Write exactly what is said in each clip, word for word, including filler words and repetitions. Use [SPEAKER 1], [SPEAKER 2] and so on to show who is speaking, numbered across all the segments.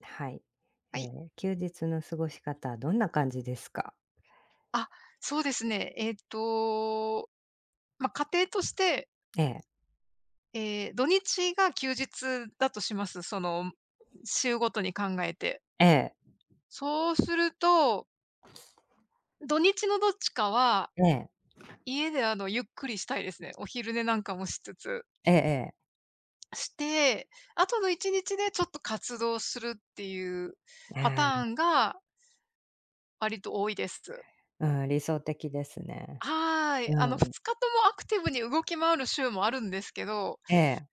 [SPEAKER 1] はい。
[SPEAKER 2] は
[SPEAKER 1] え
[SPEAKER 2] い。
[SPEAKER 1] ー休日の過ごし方、どんな感じですか？
[SPEAKER 2] あ、そうですね。えっと、まあ、家庭として、
[SPEAKER 1] ええ、
[SPEAKER 2] えー土日が休日だとします。その、週ごとに考えて。
[SPEAKER 1] ええ、
[SPEAKER 2] そうすると、土日のどっちかは、
[SPEAKER 1] ええ、
[SPEAKER 2] 家で、あの、ゆっくりしたいですね。お昼寝なんかもしつつ。
[SPEAKER 1] えええ
[SPEAKER 2] して、あとのいちにちでちょっと活動するっていう
[SPEAKER 1] え。
[SPEAKER 2] パタ
[SPEAKER 1] あ
[SPEAKER 2] ーンが割と多いです。
[SPEAKER 1] あ、うん、理想的ですね。
[SPEAKER 2] はーい。あ
[SPEAKER 1] う
[SPEAKER 2] の、
[SPEAKER 1] ん、
[SPEAKER 2] ふつかともアクティブに動き回る週もあるんですけど
[SPEAKER 1] ええ、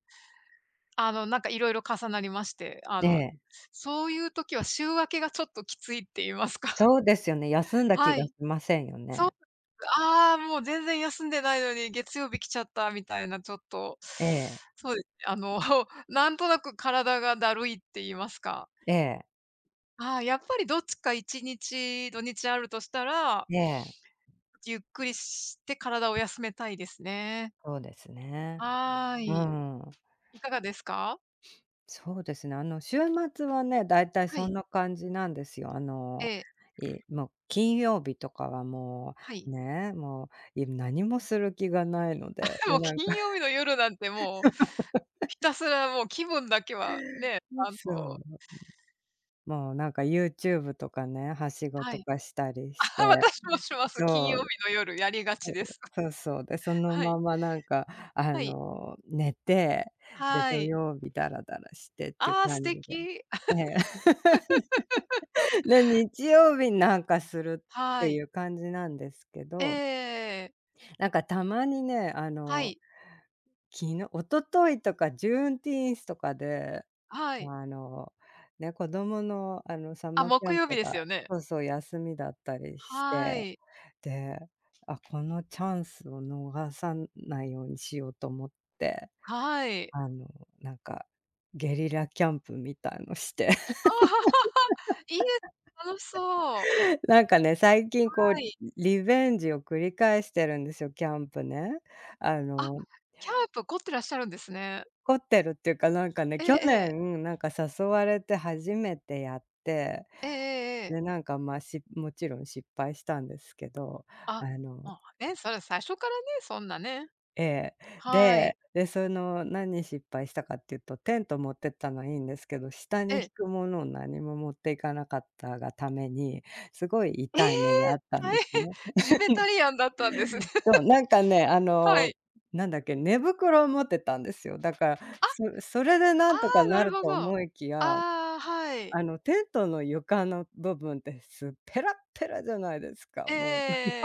[SPEAKER 2] あの、なんかいろいろ重なりまして、あ
[SPEAKER 1] え
[SPEAKER 2] の、
[SPEAKER 1] え。
[SPEAKER 2] そういう時は週明けがちょっときついって言いますか。
[SPEAKER 1] そうですよね、休んだ気
[SPEAKER 2] は
[SPEAKER 1] が
[SPEAKER 2] い。
[SPEAKER 1] しませんよ
[SPEAKER 2] そう
[SPEAKER 1] ね。
[SPEAKER 2] ああ、もう全然休んでないのに月曜日来ちゃったみたいなちょっと、
[SPEAKER 1] ええ、
[SPEAKER 2] そうですね、あの、なんとなく体がだるいって言いますか。
[SPEAKER 1] ええ、
[SPEAKER 2] ああ、やっぱりどっちかいちにち、土日あるとしたら、
[SPEAKER 1] ええ、
[SPEAKER 2] ゆっくりして体を休めたいですね。
[SPEAKER 1] そうですね。
[SPEAKER 2] はー
[SPEAKER 1] う
[SPEAKER 2] い。
[SPEAKER 1] ん、
[SPEAKER 2] いかがですか？
[SPEAKER 1] そうですね、あの、週末はね、だいたい
[SPEAKER 2] は
[SPEAKER 1] そ
[SPEAKER 2] い。
[SPEAKER 1] んな感じなんですよ。あ
[SPEAKER 2] え
[SPEAKER 1] の、
[SPEAKER 2] え、
[SPEAKER 1] いもう金曜日とかはも
[SPEAKER 2] はい。
[SPEAKER 1] う、ね、もう、い何もする気がないので、
[SPEAKER 2] も
[SPEAKER 1] で、
[SPEAKER 2] う
[SPEAKER 1] なん
[SPEAKER 2] 金
[SPEAKER 1] か
[SPEAKER 2] 曜日の夜なんてもうひたすらもう気分だけはね、あの
[SPEAKER 1] そう、もうなんか YouTube とかね、はしご
[SPEAKER 2] は
[SPEAKER 1] と
[SPEAKER 2] い。
[SPEAKER 1] かしたり して、
[SPEAKER 2] あ私もします。金
[SPEAKER 1] そ
[SPEAKER 2] 曜日
[SPEAKER 1] う、
[SPEAKER 2] の夜やりがちです。
[SPEAKER 1] そうそう、で、その
[SPEAKER 2] はい。
[SPEAKER 1] ままなんかあ
[SPEAKER 2] はい。
[SPEAKER 1] の、寝て、で、
[SPEAKER 2] は
[SPEAKER 1] 土
[SPEAKER 2] い。
[SPEAKER 1] 曜日ダラダラしてっていう
[SPEAKER 2] ああ、
[SPEAKER 1] 感
[SPEAKER 2] 素
[SPEAKER 1] じで。
[SPEAKER 2] 敵。
[SPEAKER 1] え え。で、日曜日になんかするっ
[SPEAKER 2] は
[SPEAKER 1] て
[SPEAKER 2] い。
[SPEAKER 1] いう感じなんですけ
[SPEAKER 2] え
[SPEAKER 1] ど、
[SPEAKER 2] ええ。
[SPEAKER 1] なんかたまにね、あ
[SPEAKER 2] は
[SPEAKER 1] の
[SPEAKER 2] い。
[SPEAKER 1] 昨日一昨日とかジューンティーンスとかで、
[SPEAKER 2] はい。
[SPEAKER 1] あの、ね、子供の、あの、サ
[SPEAKER 2] あ、
[SPEAKER 1] マーキ
[SPEAKER 2] 木
[SPEAKER 1] ャン
[SPEAKER 2] 曜日
[SPEAKER 1] プ
[SPEAKER 2] です
[SPEAKER 1] が
[SPEAKER 2] よね。
[SPEAKER 1] そうそう、休みだったりし
[SPEAKER 2] は
[SPEAKER 1] て、
[SPEAKER 2] い。
[SPEAKER 1] で、あ、このチャンスを逃さないようにしようと思って、
[SPEAKER 2] はい。
[SPEAKER 1] あの、なんか、ゲリラキャンプみたいのして、
[SPEAKER 2] ああ、いいです。楽しそう。
[SPEAKER 1] なんかね、最近こ
[SPEAKER 2] は
[SPEAKER 1] う
[SPEAKER 2] い。
[SPEAKER 1] リベンジを繰り返してるんですよ、キャンプね。あ
[SPEAKER 2] あ、
[SPEAKER 1] の
[SPEAKER 2] キャンプ凝ってらっしゃるんですね。
[SPEAKER 1] 凝ってるっていうか、なんかね、
[SPEAKER 2] え
[SPEAKER 1] 去
[SPEAKER 2] えええ。
[SPEAKER 1] 年、なんか誘われて初めてやって、
[SPEAKER 2] ええええええ。
[SPEAKER 1] で、なんか、まあ、しもちろん失敗したんですけど、あ
[SPEAKER 2] あ、
[SPEAKER 1] の
[SPEAKER 2] まあね、それ最初からね、そんなね。
[SPEAKER 1] ええ。
[SPEAKER 2] はい。
[SPEAKER 1] で、で、その、何失敗したかっていうと、テント持ってったのはいいんですけど、下
[SPEAKER 2] え
[SPEAKER 1] に引
[SPEAKER 2] え。
[SPEAKER 1] くものを何も持っていかなかったがために、すごい
[SPEAKER 2] ええ！
[SPEAKER 1] 痛い目にあったんで
[SPEAKER 2] 大変。
[SPEAKER 1] す ね。
[SPEAKER 2] ジベタリアンだったんですね。
[SPEAKER 1] そ う、なんかね、あ
[SPEAKER 2] は
[SPEAKER 1] の、
[SPEAKER 2] い。
[SPEAKER 1] なんだっけ、寝袋を持ってたんですよ。だから、
[SPEAKER 2] あ、
[SPEAKER 1] そそれでな
[SPEAKER 2] あ
[SPEAKER 1] んとか
[SPEAKER 2] あ、な
[SPEAKER 1] な
[SPEAKER 2] る
[SPEAKER 1] る
[SPEAKER 2] ほ
[SPEAKER 1] と
[SPEAKER 2] ど。あ
[SPEAKER 1] 思いきや
[SPEAKER 2] あ、はい。
[SPEAKER 1] あの、テントの床の部分ってすペラッペラじゃないですか、もう。
[SPEAKER 2] ええ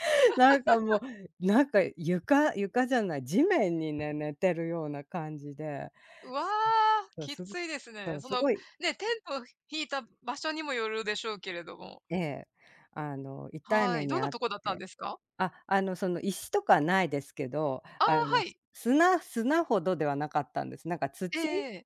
[SPEAKER 1] なんかもう、なんか床床じゃない、地面にね、寝てるような感じで、
[SPEAKER 2] うわ
[SPEAKER 1] す
[SPEAKER 2] あ、
[SPEAKER 1] そう、
[SPEAKER 2] き
[SPEAKER 1] すご
[SPEAKER 2] ついですね。
[SPEAKER 1] そう、
[SPEAKER 2] そ
[SPEAKER 1] す
[SPEAKER 2] の、
[SPEAKER 1] ごい
[SPEAKER 2] ね、テントを引いた場所にもよるでしょうけれども。
[SPEAKER 1] ええ、あの、痛い
[SPEAKER 2] は
[SPEAKER 1] 目
[SPEAKER 2] い。ど
[SPEAKER 1] に
[SPEAKER 2] んな
[SPEAKER 1] あっ
[SPEAKER 2] とこだったん
[SPEAKER 1] て。
[SPEAKER 2] ですか？
[SPEAKER 1] あ、あの、その石とかないですけど、
[SPEAKER 2] ああ、
[SPEAKER 1] あの、
[SPEAKER 2] は
[SPEAKER 1] す
[SPEAKER 2] い。
[SPEAKER 1] 砂砂ほどではなかったんです。なんか土
[SPEAKER 2] ええ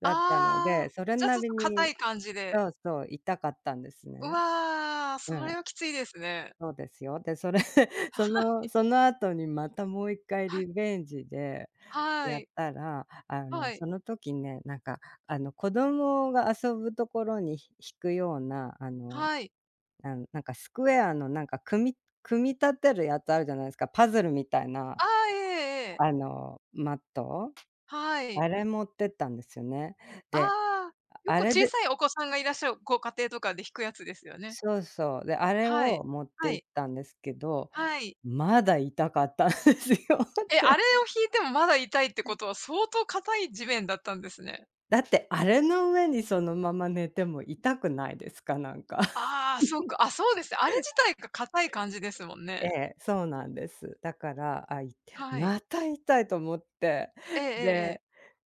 [SPEAKER 1] だったの
[SPEAKER 2] ああ、
[SPEAKER 1] で、それ
[SPEAKER 2] じゃ、あ
[SPEAKER 1] な
[SPEAKER 2] ちょっ
[SPEAKER 1] り
[SPEAKER 2] と硬
[SPEAKER 1] に
[SPEAKER 2] い感じで。
[SPEAKER 1] そうそう、痛かったんですね。
[SPEAKER 2] うわあ、
[SPEAKER 1] う
[SPEAKER 2] そ
[SPEAKER 1] ん。
[SPEAKER 2] れはきついですね。
[SPEAKER 1] そうですよ。で、それ そ
[SPEAKER 2] は
[SPEAKER 1] のその後にまたもう一回
[SPEAKER 2] はい。
[SPEAKER 1] リベンジで
[SPEAKER 2] は
[SPEAKER 1] やっ
[SPEAKER 2] い。
[SPEAKER 1] たら、あ
[SPEAKER 2] は
[SPEAKER 1] の、
[SPEAKER 2] い。
[SPEAKER 1] その時ね、なんか、あの、子供が遊ぶところにひ引くような、あの、
[SPEAKER 2] はい。
[SPEAKER 1] あの、なんかスクエアのなんか組み組み立てるやつあるじゃないですか、パズルみたいな、
[SPEAKER 2] ああ、ええええ。
[SPEAKER 1] あの、マット？
[SPEAKER 2] はい。
[SPEAKER 1] あれ持ってったんですよね。で、
[SPEAKER 2] ああ、よ
[SPEAKER 1] あ
[SPEAKER 2] く
[SPEAKER 1] れ
[SPEAKER 2] 小
[SPEAKER 1] で
[SPEAKER 2] さいお子さんがいらっしゃるご家庭とかで弾くやつですよね。
[SPEAKER 1] そうそう。で、あれ
[SPEAKER 2] はい。
[SPEAKER 1] を持っ
[SPEAKER 2] は
[SPEAKER 1] て行
[SPEAKER 2] い。
[SPEAKER 1] ったんですけど、
[SPEAKER 2] はい。
[SPEAKER 1] まだ痛かったんですよ。
[SPEAKER 2] え、あれを弾いてもまだ痛いってことは相当硬い地面だったんですね。
[SPEAKER 1] だって、あれの上にそのまま寝ても痛くないですか？なんか。
[SPEAKER 2] ああ、そうか。あ、そうですね。あれ自体が硬い感じですもん
[SPEAKER 1] え
[SPEAKER 2] ね。
[SPEAKER 1] え、そうなんです。だから、あ、い
[SPEAKER 2] はい。
[SPEAKER 1] また痛いと思って、
[SPEAKER 2] えええええ
[SPEAKER 1] で
[SPEAKER 2] え。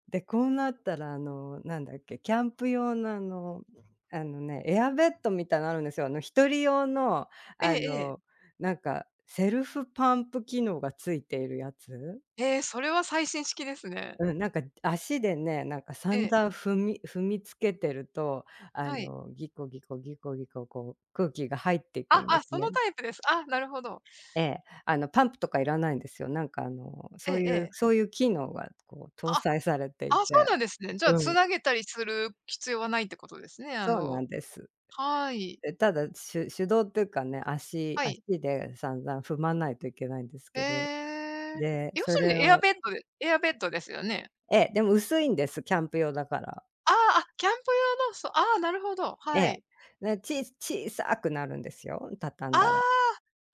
[SPEAKER 1] で、こうなったらあの、なんだっけ、キャンプ用のあの、あのね、エアベッドみたいのあるんですよ。あの一人用の
[SPEAKER 2] え
[SPEAKER 1] あ
[SPEAKER 2] えええ。
[SPEAKER 1] の、なんかセルフパンプ機能がついているやつ？
[SPEAKER 2] それは最新式ですね。
[SPEAKER 1] うん、なんか足でね、なんか
[SPEAKER 2] え
[SPEAKER 1] 散
[SPEAKER 2] え、
[SPEAKER 1] 々踏み踏みつけてると、あ
[SPEAKER 2] はい。
[SPEAKER 1] の、ギコギコギコギコ、こう空気が入っていく
[SPEAKER 2] あ、
[SPEAKER 1] んで
[SPEAKER 2] あ、
[SPEAKER 1] す
[SPEAKER 2] その
[SPEAKER 1] ね。
[SPEAKER 2] タイプです。あ、なるほど。
[SPEAKER 1] ええ、あのパンプとかいらないんですよ。なんかあの、
[SPEAKER 2] え
[SPEAKER 1] そう
[SPEAKER 2] え
[SPEAKER 1] い
[SPEAKER 2] え
[SPEAKER 1] う
[SPEAKER 2] え。
[SPEAKER 1] そういう機能がこう搭
[SPEAKER 2] あ、
[SPEAKER 1] 載されてい
[SPEAKER 2] あ、そ
[SPEAKER 1] て、
[SPEAKER 2] うなんですね。じゃあ、
[SPEAKER 1] うん、
[SPEAKER 2] 繋げたりする必要はないってことですね。あ
[SPEAKER 1] そうな
[SPEAKER 2] の
[SPEAKER 1] んです。
[SPEAKER 2] はい。
[SPEAKER 1] え、ただ、しゅ手動っていうかね、足
[SPEAKER 2] はい。
[SPEAKER 1] 足で散々踏まないといけないんですけど、
[SPEAKER 2] へえ。
[SPEAKER 1] で、
[SPEAKER 2] 要
[SPEAKER 1] そ
[SPEAKER 2] する
[SPEAKER 1] れ
[SPEAKER 2] にエア
[SPEAKER 1] を
[SPEAKER 2] ベッドでエアベッドですよね？
[SPEAKER 1] ええ、でも薄いんです、キャンプ用だから。
[SPEAKER 2] ああ、あ、キャンプ用の、そう、ああ、なるほど、
[SPEAKER 1] え
[SPEAKER 2] は
[SPEAKER 1] え。
[SPEAKER 2] い。
[SPEAKER 1] ね、ちい小さくなるんですよ、畳
[SPEAKER 2] あ
[SPEAKER 1] んだ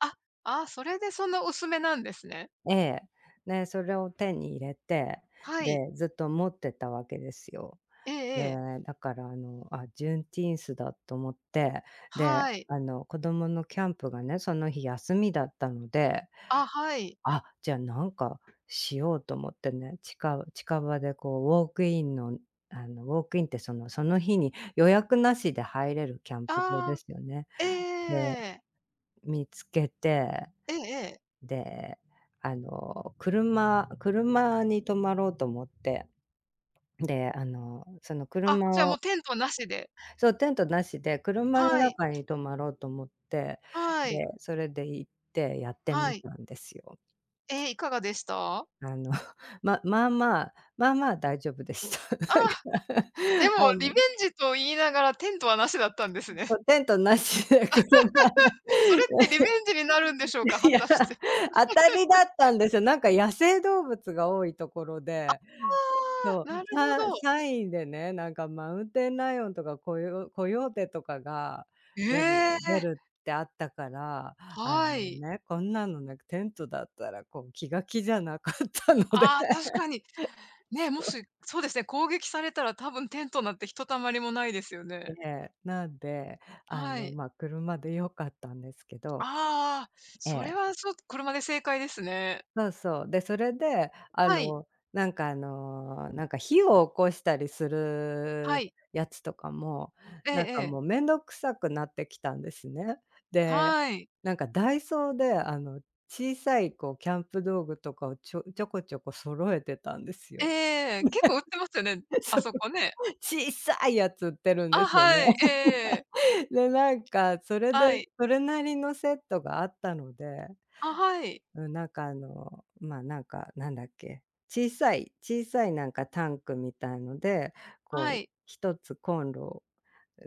[SPEAKER 2] あ、あ、ああ、それでそんな薄めなんですね。
[SPEAKER 1] ええ。ね、それを手に入れて、
[SPEAKER 2] はい。
[SPEAKER 1] で、ずっと持ってたわけですよ。
[SPEAKER 2] ええ
[SPEAKER 1] で、
[SPEAKER 2] ええ。
[SPEAKER 1] だからあの、あ、ジューンティーンスだと思って、で、
[SPEAKER 2] はい。
[SPEAKER 1] あの、子供のキャンプがね、その日休みだったので、
[SPEAKER 2] あ、はい。
[SPEAKER 1] あ、じゃあなんかしようと思ってね、近近場でこうウォークインのあの、ウォークインってそのその日に予約なしで入れるキャンプ場で
[SPEAKER 2] ああ、
[SPEAKER 1] すよね。
[SPEAKER 2] ええええ
[SPEAKER 1] で、
[SPEAKER 2] ええ。
[SPEAKER 1] 見つけてで、あの、車車に泊まろうと思って、で、あの、その
[SPEAKER 2] あ、じゃあ
[SPEAKER 1] 車
[SPEAKER 2] もう
[SPEAKER 1] を
[SPEAKER 2] テントなしで。
[SPEAKER 1] そう、テントなしで車の
[SPEAKER 2] はい、
[SPEAKER 1] 中に泊まろうと思って、
[SPEAKER 2] はい、
[SPEAKER 1] で、それで行ってやって
[SPEAKER 2] は
[SPEAKER 1] み
[SPEAKER 2] い。
[SPEAKER 1] たんですよ。
[SPEAKER 2] え、いかがでした？
[SPEAKER 1] あの、ままあまあ、まあまあ大丈夫でした。
[SPEAKER 2] あ あ、
[SPEAKER 1] なんか、
[SPEAKER 2] でも
[SPEAKER 1] あ
[SPEAKER 2] リ
[SPEAKER 1] の、
[SPEAKER 2] ベンジと言いながらテントはなしだったんですね。
[SPEAKER 1] そう、テントなしで車で
[SPEAKER 2] それってリベンジになるんでしょうか？
[SPEAKER 1] い
[SPEAKER 2] 果
[SPEAKER 1] や、
[SPEAKER 2] たして。
[SPEAKER 1] 当たりだったんですよ。なんか野生動物が多いところで
[SPEAKER 2] あ
[SPEAKER 1] そ
[SPEAKER 2] あ、な
[SPEAKER 1] う、
[SPEAKER 2] るほ
[SPEAKER 1] サ
[SPEAKER 2] ど。
[SPEAKER 1] サインでね、なんかマウンテンライオンとかコヨコヨーテとかが出る
[SPEAKER 2] え
[SPEAKER 1] 出
[SPEAKER 2] え、
[SPEAKER 1] るってあったから、あ
[SPEAKER 2] は
[SPEAKER 1] の
[SPEAKER 2] い。
[SPEAKER 1] ね、こんなのね、テントだったらこう気が気じゃなかったので。
[SPEAKER 2] ああ、確 かに。ね、
[SPEAKER 1] そ
[SPEAKER 2] も
[SPEAKER 1] う、
[SPEAKER 2] し、そうですね、攻撃されたら多分テントなんてひとたまりもないですよ
[SPEAKER 1] え
[SPEAKER 2] ね。
[SPEAKER 1] え、なんで、あ
[SPEAKER 2] は
[SPEAKER 1] の、
[SPEAKER 2] い。
[SPEAKER 1] ま、車で良かったんですけど
[SPEAKER 2] ああ、
[SPEAKER 1] え
[SPEAKER 2] それ
[SPEAKER 1] え。
[SPEAKER 2] は、そう、車で正解ですね。
[SPEAKER 1] そうそう。で、それで、あ
[SPEAKER 2] はい、
[SPEAKER 1] の、なんかあの、なんか火を起こしたりす
[SPEAKER 2] は
[SPEAKER 1] る
[SPEAKER 2] い。
[SPEAKER 1] やつとかも、
[SPEAKER 2] ええ
[SPEAKER 1] なんか
[SPEAKER 2] ええ。
[SPEAKER 1] もう面倒くさくなってきたんですね。で、
[SPEAKER 2] はい。
[SPEAKER 1] なんかダイソーであの、小さいこうキャンプ道具とかをちょちょこちょこ揃えてたんですよ。
[SPEAKER 2] ええ、結構売ってますよね、あ
[SPEAKER 1] そう、
[SPEAKER 2] そこね。
[SPEAKER 1] 小さいやつ売ってるんで
[SPEAKER 2] あ、
[SPEAKER 1] すよね。
[SPEAKER 2] はい、ええ
[SPEAKER 1] で、なんかそれ
[SPEAKER 2] は
[SPEAKER 1] で、
[SPEAKER 2] い。
[SPEAKER 1] それなりのセットがあったので
[SPEAKER 2] あ、はい、
[SPEAKER 1] うん、なんかあの、ま、なんか、なんだっけ、小さい小さいなんかタンクみたいので、こ
[SPEAKER 2] は
[SPEAKER 1] う
[SPEAKER 2] い。
[SPEAKER 1] 一つコンロ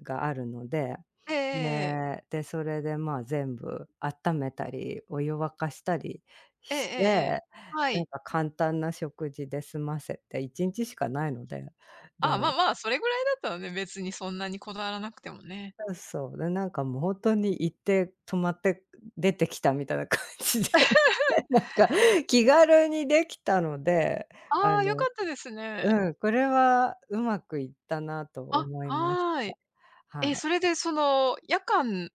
[SPEAKER 1] があるので、
[SPEAKER 2] ええええええ。
[SPEAKER 1] で、で、それでまあ、全部温めたり、お湯沸かしたり
[SPEAKER 2] えええ
[SPEAKER 1] し
[SPEAKER 2] え
[SPEAKER 1] て、
[SPEAKER 2] ええ。は
[SPEAKER 1] なん
[SPEAKER 2] い。
[SPEAKER 1] か簡単な食事で済ませて、いちにちしかないので、
[SPEAKER 2] あ、
[SPEAKER 1] で、
[SPEAKER 2] まあまあ、それぐらいだったらね、別にそんなにこだわらなくてもね。
[SPEAKER 1] そうそう。で、なんかもう本当に行って、泊まって、出てきたみたいな感じで、なんか気軽にできたので、あ
[SPEAKER 2] ああ、良か
[SPEAKER 1] の
[SPEAKER 2] ったですね。
[SPEAKER 1] うん、これはうまくいったなと
[SPEAKER 2] あ、
[SPEAKER 1] 思いまし
[SPEAKER 2] は
[SPEAKER 1] た。
[SPEAKER 2] い。え、
[SPEAKER 1] はい。
[SPEAKER 2] それでその夜間、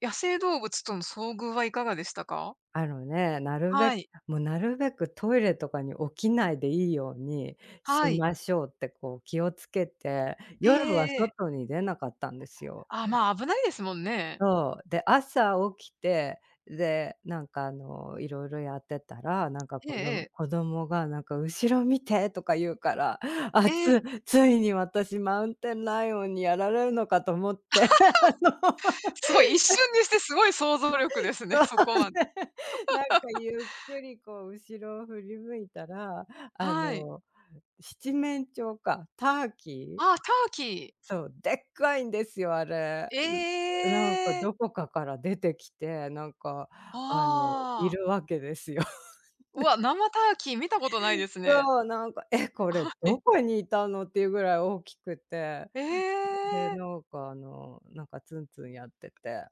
[SPEAKER 2] 野生動物との遭遇はいかがでしたか？
[SPEAKER 1] あのね、なるべ
[SPEAKER 2] は
[SPEAKER 1] く
[SPEAKER 2] い。
[SPEAKER 1] もうなるべくトイレとかに起きないでいいようにし
[SPEAKER 2] はい。
[SPEAKER 1] ましょうってこう気をつけて、
[SPEAKER 2] ええ
[SPEAKER 1] 夜
[SPEAKER 2] え
[SPEAKER 1] は
[SPEAKER 2] えええ。
[SPEAKER 1] 外に出なかったんですよ。
[SPEAKER 2] あ、まあ、危ないですもんね。
[SPEAKER 1] そう、で、朝起きて、で、なんかあの、いろいろやってたら、なんか
[SPEAKER 2] ええ
[SPEAKER 1] 子ど
[SPEAKER 2] ええ。
[SPEAKER 1] 子供がなんか「後ろ見て」とか言うから、あ、
[SPEAKER 2] ええ、
[SPEAKER 1] つついに私マウンテンライオンにやられるのかと思って、
[SPEAKER 2] すごい一瞬にしてすごい想像力ですね、
[SPEAKER 1] そう
[SPEAKER 2] そこまで。
[SPEAKER 1] ね、なんかゆっくりこう後ろを振り向いたら、あ
[SPEAKER 2] はい。
[SPEAKER 1] の、七面鳥か、ターキー
[SPEAKER 2] あターキー。
[SPEAKER 1] そう、でっかいんですよ、あれ。
[SPEAKER 2] え
[SPEAKER 1] うなんか
[SPEAKER 2] え。
[SPEAKER 1] どこかから出てきて、なんかあの、い
[SPEAKER 2] あ
[SPEAKER 1] る
[SPEAKER 2] あ。
[SPEAKER 1] わけですよ。
[SPEAKER 2] うわ、生ターキー見たことないですね。
[SPEAKER 1] そう、なんか、え、これ
[SPEAKER 2] はい。
[SPEAKER 1] どこにいたのっていうぐらい大きくて、
[SPEAKER 2] え
[SPEAKER 1] で、
[SPEAKER 2] え。
[SPEAKER 1] なんかあの、なんかツンツンやってて、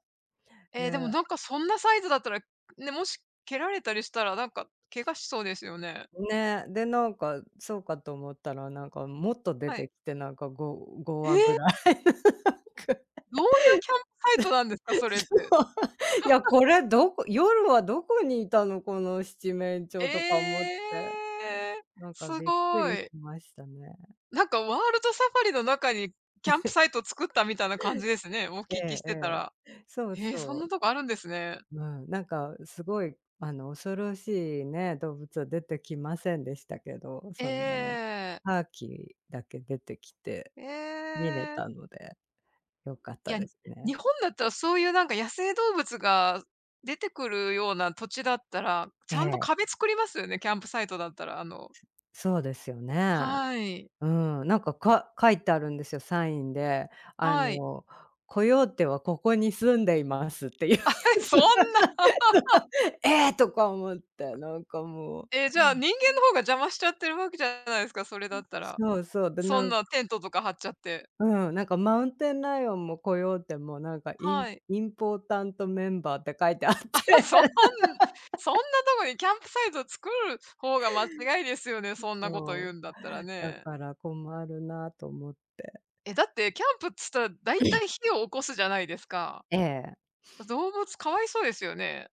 [SPEAKER 2] え
[SPEAKER 1] ね
[SPEAKER 2] ーでもなんかそんなサイズだったら、ね、もし蹴られたりしたらなんか怪我しそうですよね。
[SPEAKER 1] ね、で、なんかそうかと思ったら、なんかもっと出
[SPEAKER 2] はい。
[SPEAKER 1] てきて、なんかご5
[SPEAKER 2] え
[SPEAKER 1] 話ぐ
[SPEAKER 2] え！
[SPEAKER 1] らい、なんか、
[SPEAKER 2] どういうキャンプサイトなんですか？それって。
[SPEAKER 1] そう、いや、これどこ夜はどこにいたの、この七面鳥とか思っ
[SPEAKER 2] え
[SPEAKER 1] て。
[SPEAKER 2] え！
[SPEAKER 1] なんか
[SPEAKER 2] す
[SPEAKER 1] びっく
[SPEAKER 2] ご
[SPEAKER 1] りし
[SPEAKER 2] い。
[SPEAKER 1] ましたね。
[SPEAKER 2] なんかワールドサファリの中にキャンプサイトを作ったみたいな感じですね、お
[SPEAKER 1] え
[SPEAKER 2] 聞きし
[SPEAKER 1] ええ
[SPEAKER 2] てたら。
[SPEAKER 1] え。そう
[SPEAKER 2] ええ、そ
[SPEAKER 1] そ
[SPEAKER 2] んな
[SPEAKER 1] う。
[SPEAKER 2] とこあるんですね。
[SPEAKER 1] うん、なんかすごい、あの、恐ろしいね、動物は出てきませんでしたけど、
[SPEAKER 2] ええ
[SPEAKER 1] その、
[SPEAKER 2] ええ。
[SPEAKER 1] ターキーだけ出てきて
[SPEAKER 2] え
[SPEAKER 1] 見れ
[SPEAKER 2] え。
[SPEAKER 1] たので、良かっ
[SPEAKER 2] い
[SPEAKER 1] た
[SPEAKER 2] や、
[SPEAKER 1] です
[SPEAKER 2] 日
[SPEAKER 1] ね。
[SPEAKER 2] 本だったらそういうなんか野生動物が出てくるような土地だったら、ち
[SPEAKER 1] え
[SPEAKER 2] ゃん
[SPEAKER 1] え、
[SPEAKER 2] と壁作りますよね、キャンプサイトだったら、あの
[SPEAKER 1] そうですよね。
[SPEAKER 2] はい。
[SPEAKER 1] うん、なんか、か書いてあるんですよ、サインで。あ
[SPEAKER 2] はい。
[SPEAKER 1] の、コヨーテはここに住んでいますっていう。
[SPEAKER 2] え、そんな、
[SPEAKER 1] ええ！とか思って、なんかもう
[SPEAKER 2] え、じゃあ、人間の方が邪魔しちゃってるわけじゃないですか、それだったら。
[SPEAKER 1] そうそう、で
[SPEAKER 2] そ
[SPEAKER 1] な
[SPEAKER 2] ん
[SPEAKER 1] ん
[SPEAKER 2] なテントとか張っちゃって。
[SPEAKER 1] うん、なんかマウンテンライオンもコヨーテもうなんかイン
[SPEAKER 2] はい。
[SPEAKER 1] インポータントメンバーって書いてあって、
[SPEAKER 2] あ、そん そんなとこにキャンプサイト作る方が間違いですよね、そんなこと
[SPEAKER 1] そ
[SPEAKER 2] 言うんだ
[SPEAKER 1] う、
[SPEAKER 2] ったら
[SPEAKER 1] だ
[SPEAKER 2] ね。
[SPEAKER 1] から困るなと思って。
[SPEAKER 2] え、だってキャンプっつったら大体火を起こすじゃないですか。
[SPEAKER 1] ええ、
[SPEAKER 2] 動物かわいそうですよね。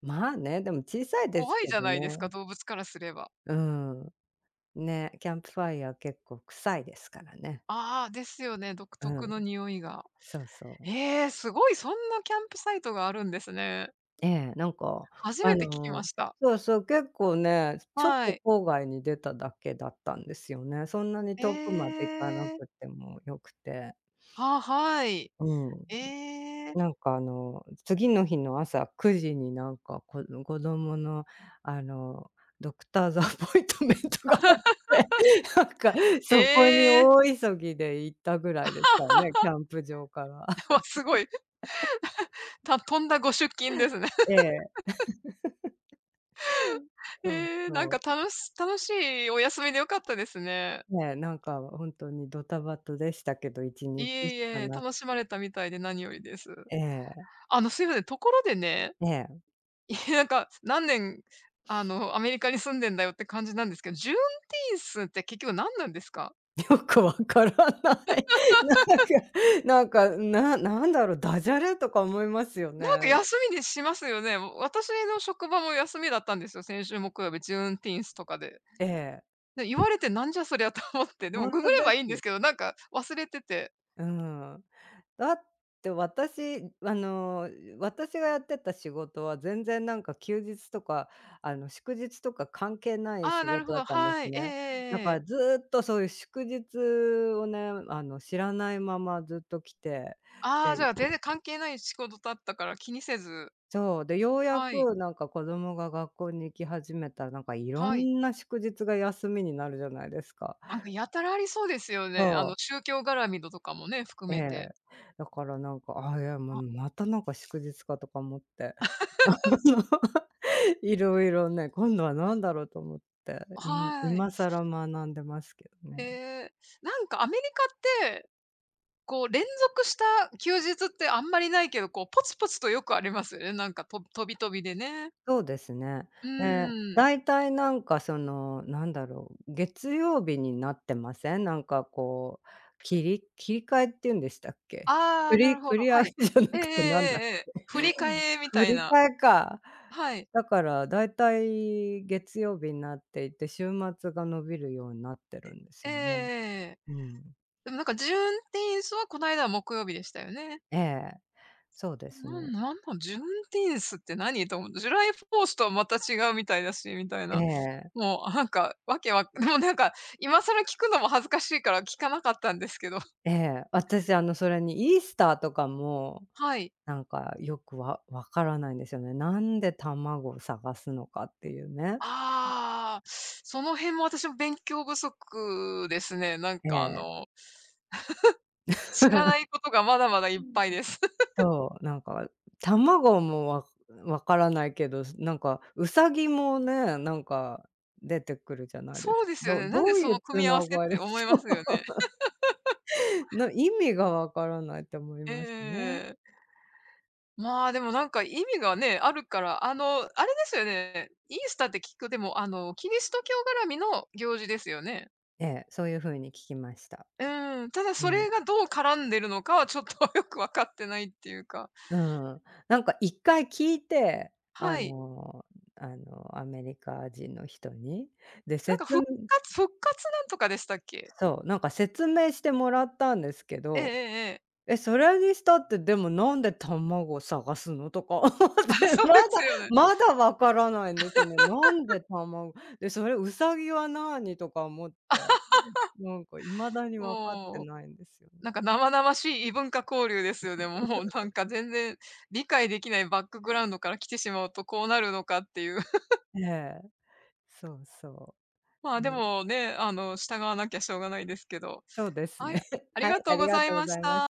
[SPEAKER 1] まあね、でも小さいです
[SPEAKER 2] 怖
[SPEAKER 1] け
[SPEAKER 2] いじゃ
[SPEAKER 1] ど
[SPEAKER 2] ないですか、
[SPEAKER 1] ね。
[SPEAKER 2] 動物からすれば。
[SPEAKER 1] うん、ね、キャンプファイヤー結構臭いですからね。
[SPEAKER 2] ああ、ですよね、独
[SPEAKER 1] う
[SPEAKER 2] 特
[SPEAKER 1] ん、
[SPEAKER 2] の匂いが。
[SPEAKER 1] そうそう。
[SPEAKER 2] ええ、すごい、そんなキャンプサイトがあるんですね。
[SPEAKER 1] ええ、なんか
[SPEAKER 2] 初
[SPEAKER 1] あ
[SPEAKER 2] めて聞きま
[SPEAKER 1] の、
[SPEAKER 2] した。
[SPEAKER 1] そうそう、結構ね、ちょっ
[SPEAKER 2] は
[SPEAKER 1] と
[SPEAKER 2] い。
[SPEAKER 1] 郊外に出ただけだったんですよね。そんなに遠くま
[SPEAKER 2] え
[SPEAKER 1] で行かなく
[SPEAKER 2] え。
[SPEAKER 1] てもよくて。
[SPEAKER 2] あ、はい。
[SPEAKER 1] うん。
[SPEAKER 2] ええ。
[SPEAKER 1] なんかあの、次の日の朝くじになんか、こ子供のあの、ドクターズアポイントメントがあって なんかそこに
[SPEAKER 2] ええ、
[SPEAKER 1] 大急ぎで行ったぐらいですからね、キャンプ場から。
[SPEAKER 2] わ、すごい、たとんだご出勤ですね。
[SPEAKER 1] ええ、そう
[SPEAKER 2] ええ、なん
[SPEAKER 1] そ
[SPEAKER 2] か
[SPEAKER 1] う。
[SPEAKER 2] 楽し楽しいお休みで良かったですね。
[SPEAKER 1] ねえ、なんか本当にドタバタでしたけど、1
[SPEAKER 2] い
[SPEAKER 1] 日
[SPEAKER 2] え
[SPEAKER 1] し
[SPEAKER 2] い
[SPEAKER 1] か
[SPEAKER 2] え、
[SPEAKER 1] なく
[SPEAKER 2] 楽しま
[SPEAKER 1] て。
[SPEAKER 2] れたみたいで何よりです。
[SPEAKER 1] ええ、
[SPEAKER 2] あの、すいません、ところでね
[SPEAKER 1] ええ、
[SPEAKER 2] いや、なんか、何年、あの、アメリカに住んでんだよって感じなんですけど、ジューンティースって結局何なんですか？
[SPEAKER 1] よくわからない。なんかなんか、ななんだろう、ダジャレとか思いますよ
[SPEAKER 2] なん
[SPEAKER 1] ね。
[SPEAKER 2] か休みにしますよね。私の職場も休みだったんですよ、先週木曜日、ジューンティーンスとかで。
[SPEAKER 1] ええ、
[SPEAKER 2] で、言われてなんじゃそりゃと思って、でも
[SPEAKER 1] ほ
[SPEAKER 2] ググれ
[SPEAKER 1] で
[SPEAKER 2] ば
[SPEAKER 1] す
[SPEAKER 2] いいんで
[SPEAKER 1] よ。
[SPEAKER 2] すけど、なんか忘れてて、
[SPEAKER 1] うん。だって私、あの、私がやってた仕事は全然なんか休日とか、あの、祝日とか関係ない
[SPEAKER 2] ああ、
[SPEAKER 1] 仕
[SPEAKER 2] なる
[SPEAKER 1] 事
[SPEAKER 2] ほ
[SPEAKER 1] だ
[SPEAKER 2] ど、
[SPEAKER 1] ったんで
[SPEAKER 2] は
[SPEAKER 1] す
[SPEAKER 2] い、えええ
[SPEAKER 1] ね。だ
[SPEAKER 2] え
[SPEAKER 1] から
[SPEAKER 2] ええ。
[SPEAKER 1] ずっとそういう祝日をね、あの、知らないままずっと来て、
[SPEAKER 2] ああ、じ
[SPEAKER 1] で、
[SPEAKER 2] ゃあ全然関係ない仕事だったから気にせず、
[SPEAKER 1] そう、で、ようや
[SPEAKER 2] はい、
[SPEAKER 1] くなんか子供が学校に行き始めたら、なんかいろ
[SPEAKER 2] はい。
[SPEAKER 1] んな祝日が休みになるじゃないですか。
[SPEAKER 2] なんかやたらありそうですよね。あの、
[SPEAKER 1] そう。
[SPEAKER 2] 宗教絡みのとかもね、含
[SPEAKER 1] え
[SPEAKER 2] め
[SPEAKER 1] え。
[SPEAKER 2] て。
[SPEAKER 1] だからなんか、ああ、いや、もう
[SPEAKER 2] あ、
[SPEAKER 1] またなんか祝日かとか思って、あの、いろいろね、今度は何だろうと思って、い
[SPEAKER 2] はい。
[SPEAKER 1] 今更学んでますけど
[SPEAKER 2] え
[SPEAKER 1] ね。
[SPEAKER 2] え、なんかアメリカって、こう連続した休日ってあんまりないけど、こうポツポツとよくありますよね。なんかと飛び飛びでね。
[SPEAKER 1] そうですね。
[SPEAKER 2] う
[SPEAKER 1] ね、
[SPEAKER 2] ーん。
[SPEAKER 1] だいたいなんかその、なんだろう、月曜日になってません？なんかこう、切り切り替えっていうんでしたっけ？
[SPEAKER 2] あ
[SPEAKER 1] く
[SPEAKER 2] あ、なる
[SPEAKER 1] り
[SPEAKER 2] ほど、
[SPEAKER 1] 繰り
[SPEAKER 2] は
[SPEAKER 1] 上
[SPEAKER 2] い。
[SPEAKER 1] げじゃな
[SPEAKER 2] えええ
[SPEAKER 1] くてなんだ、
[SPEAKER 2] えええええ。振り替 えみた
[SPEAKER 1] 振
[SPEAKER 2] い
[SPEAKER 1] り
[SPEAKER 2] な。
[SPEAKER 1] 替えか。
[SPEAKER 2] はい。
[SPEAKER 1] だからだいたい月曜日になっていて、週末が伸びるようになってるんです
[SPEAKER 2] えええ
[SPEAKER 1] よね。
[SPEAKER 2] えええ。
[SPEAKER 1] うん。
[SPEAKER 2] でもなんかジューンティーンスはこの間は木曜日でしたよね。
[SPEAKER 1] ええ。そうです
[SPEAKER 2] な
[SPEAKER 1] ね。
[SPEAKER 2] んなんなん、ジューンティーンスって何と思って、ジュライフォースとはまた違うみたいだし、みたい
[SPEAKER 1] え
[SPEAKER 2] な。
[SPEAKER 1] え、
[SPEAKER 2] もう、なんか、わけわ もうなんか、今更聞くのも恥ずかしいから聞かなかったんですけど。
[SPEAKER 1] ええ。私あの、それにイースターとかも、
[SPEAKER 2] はい。
[SPEAKER 1] なんかよくわわからないんですよね。なんで卵を探すのかっていうね。
[SPEAKER 2] ああ、その辺も私も勉強不足ですね。なん
[SPEAKER 1] え
[SPEAKER 2] かあ
[SPEAKER 1] え。
[SPEAKER 2] の、知らないことがまだまだいっぱいです。
[SPEAKER 1] そう、なんか卵もわわからないけど、なんかウサギもね、なんか出てくるじゃないで
[SPEAKER 2] そ
[SPEAKER 1] す
[SPEAKER 2] う
[SPEAKER 1] か。
[SPEAKER 2] ですよ
[SPEAKER 1] ど
[SPEAKER 2] ね。なん
[SPEAKER 1] ど
[SPEAKER 2] で
[SPEAKER 1] う
[SPEAKER 2] そ
[SPEAKER 1] い
[SPEAKER 2] の
[SPEAKER 1] う
[SPEAKER 2] 組
[SPEAKER 1] つ
[SPEAKER 2] み合
[SPEAKER 1] な
[SPEAKER 2] わせっ
[SPEAKER 1] が
[SPEAKER 2] て
[SPEAKER 1] り。
[SPEAKER 2] 思
[SPEAKER 1] そ
[SPEAKER 2] いますよ
[SPEAKER 1] う、
[SPEAKER 2] ね。
[SPEAKER 1] な意味がわからないって思い
[SPEAKER 2] え
[SPEAKER 1] ますね。
[SPEAKER 2] ええ。まあ、でもなんか意味がね、あるから、あの、あれですよね、イースターって聞く、でもあの、キリスト教絡みの行事ですよね。
[SPEAKER 1] ええ、そういうふうに聞きました。
[SPEAKER 2] うん、ただ
[SPEAKER 1] う
[SPEAKER 2] そ
[SPEAKER 1] ん。
[SPEAKER 2] れがどう絡んでるのかはちょっと よくわかってないっていうか。
[SPEAKER 1] うん。なんか一回聞いて、あ
[SPEAKER 2] はい。
[SPEAKER 1] のあの、アメリカ人の人に。で、
[SPEAKER 2] なんか
[SPEAKER 1] 説明
[SPEAKER 2] 復活復活なんとかでしたっけ？
[SPEAKER 1] そう、なんか説明してもらったんですけ
[SPEAKER 2] えええ
[SPEAKER 1] ど。
[SPEAKER 2] えええ。
[SPEAKER 1] え、それにしたって、でもなんで卵探すのとか思って
[SPEAKER 2] あ、そ う
[SPEAKER 1] ま
[SPEAKER 2] で
[SPEAKER 1] だ
[SPEAKER 2] すよね。
[SPEAKER 1] まだわからないんですよね。なんで卵で、それウサギはなにとか思って、なんか未だに分かって
[SPEAKER 2] もう、
[SPEAKER 1] ないんですよ
[SPEAKER 2] なん
[SPEAKER 1] ね。
[SPEAKER 2] か生々しい異文化交流ですよね。もうなんか全然理解できないバックグラウンドから来てしまうとこうなるのかっていう。
[SPEAKER 1] ええ、そうそ
[SPEAKER 2] まあ、
[SPEAKER 1] う。
[SPEAKER 2] で
[SPEAKER 1] ね、
[SPEAKER 2] もね、あの、従わなきゃしょうがないですけど。
[SPEAKER 1] そうです
[SPEAKER 2] は
[SPEAKER 1] ね。
[SPEAKER 2] い、あり
[SPEAKER 1] はい、
[SPEAKER 2] が
[SPEAKER 1] あ
[SPEAKER 2] とう
[SPEAKER 1] り
[SPEAKER 2] ご
[SPEAKER 1] が
[SPEAKER 2] ざい
[SPEAKER 1] とうご
[SPEAKER 2] ま
[SPEAKER 1] ざ
[SPEAKER 2] し
[SPEAKER 1] いま
[SPEAKER 2] た。
[SPEAKER 1] し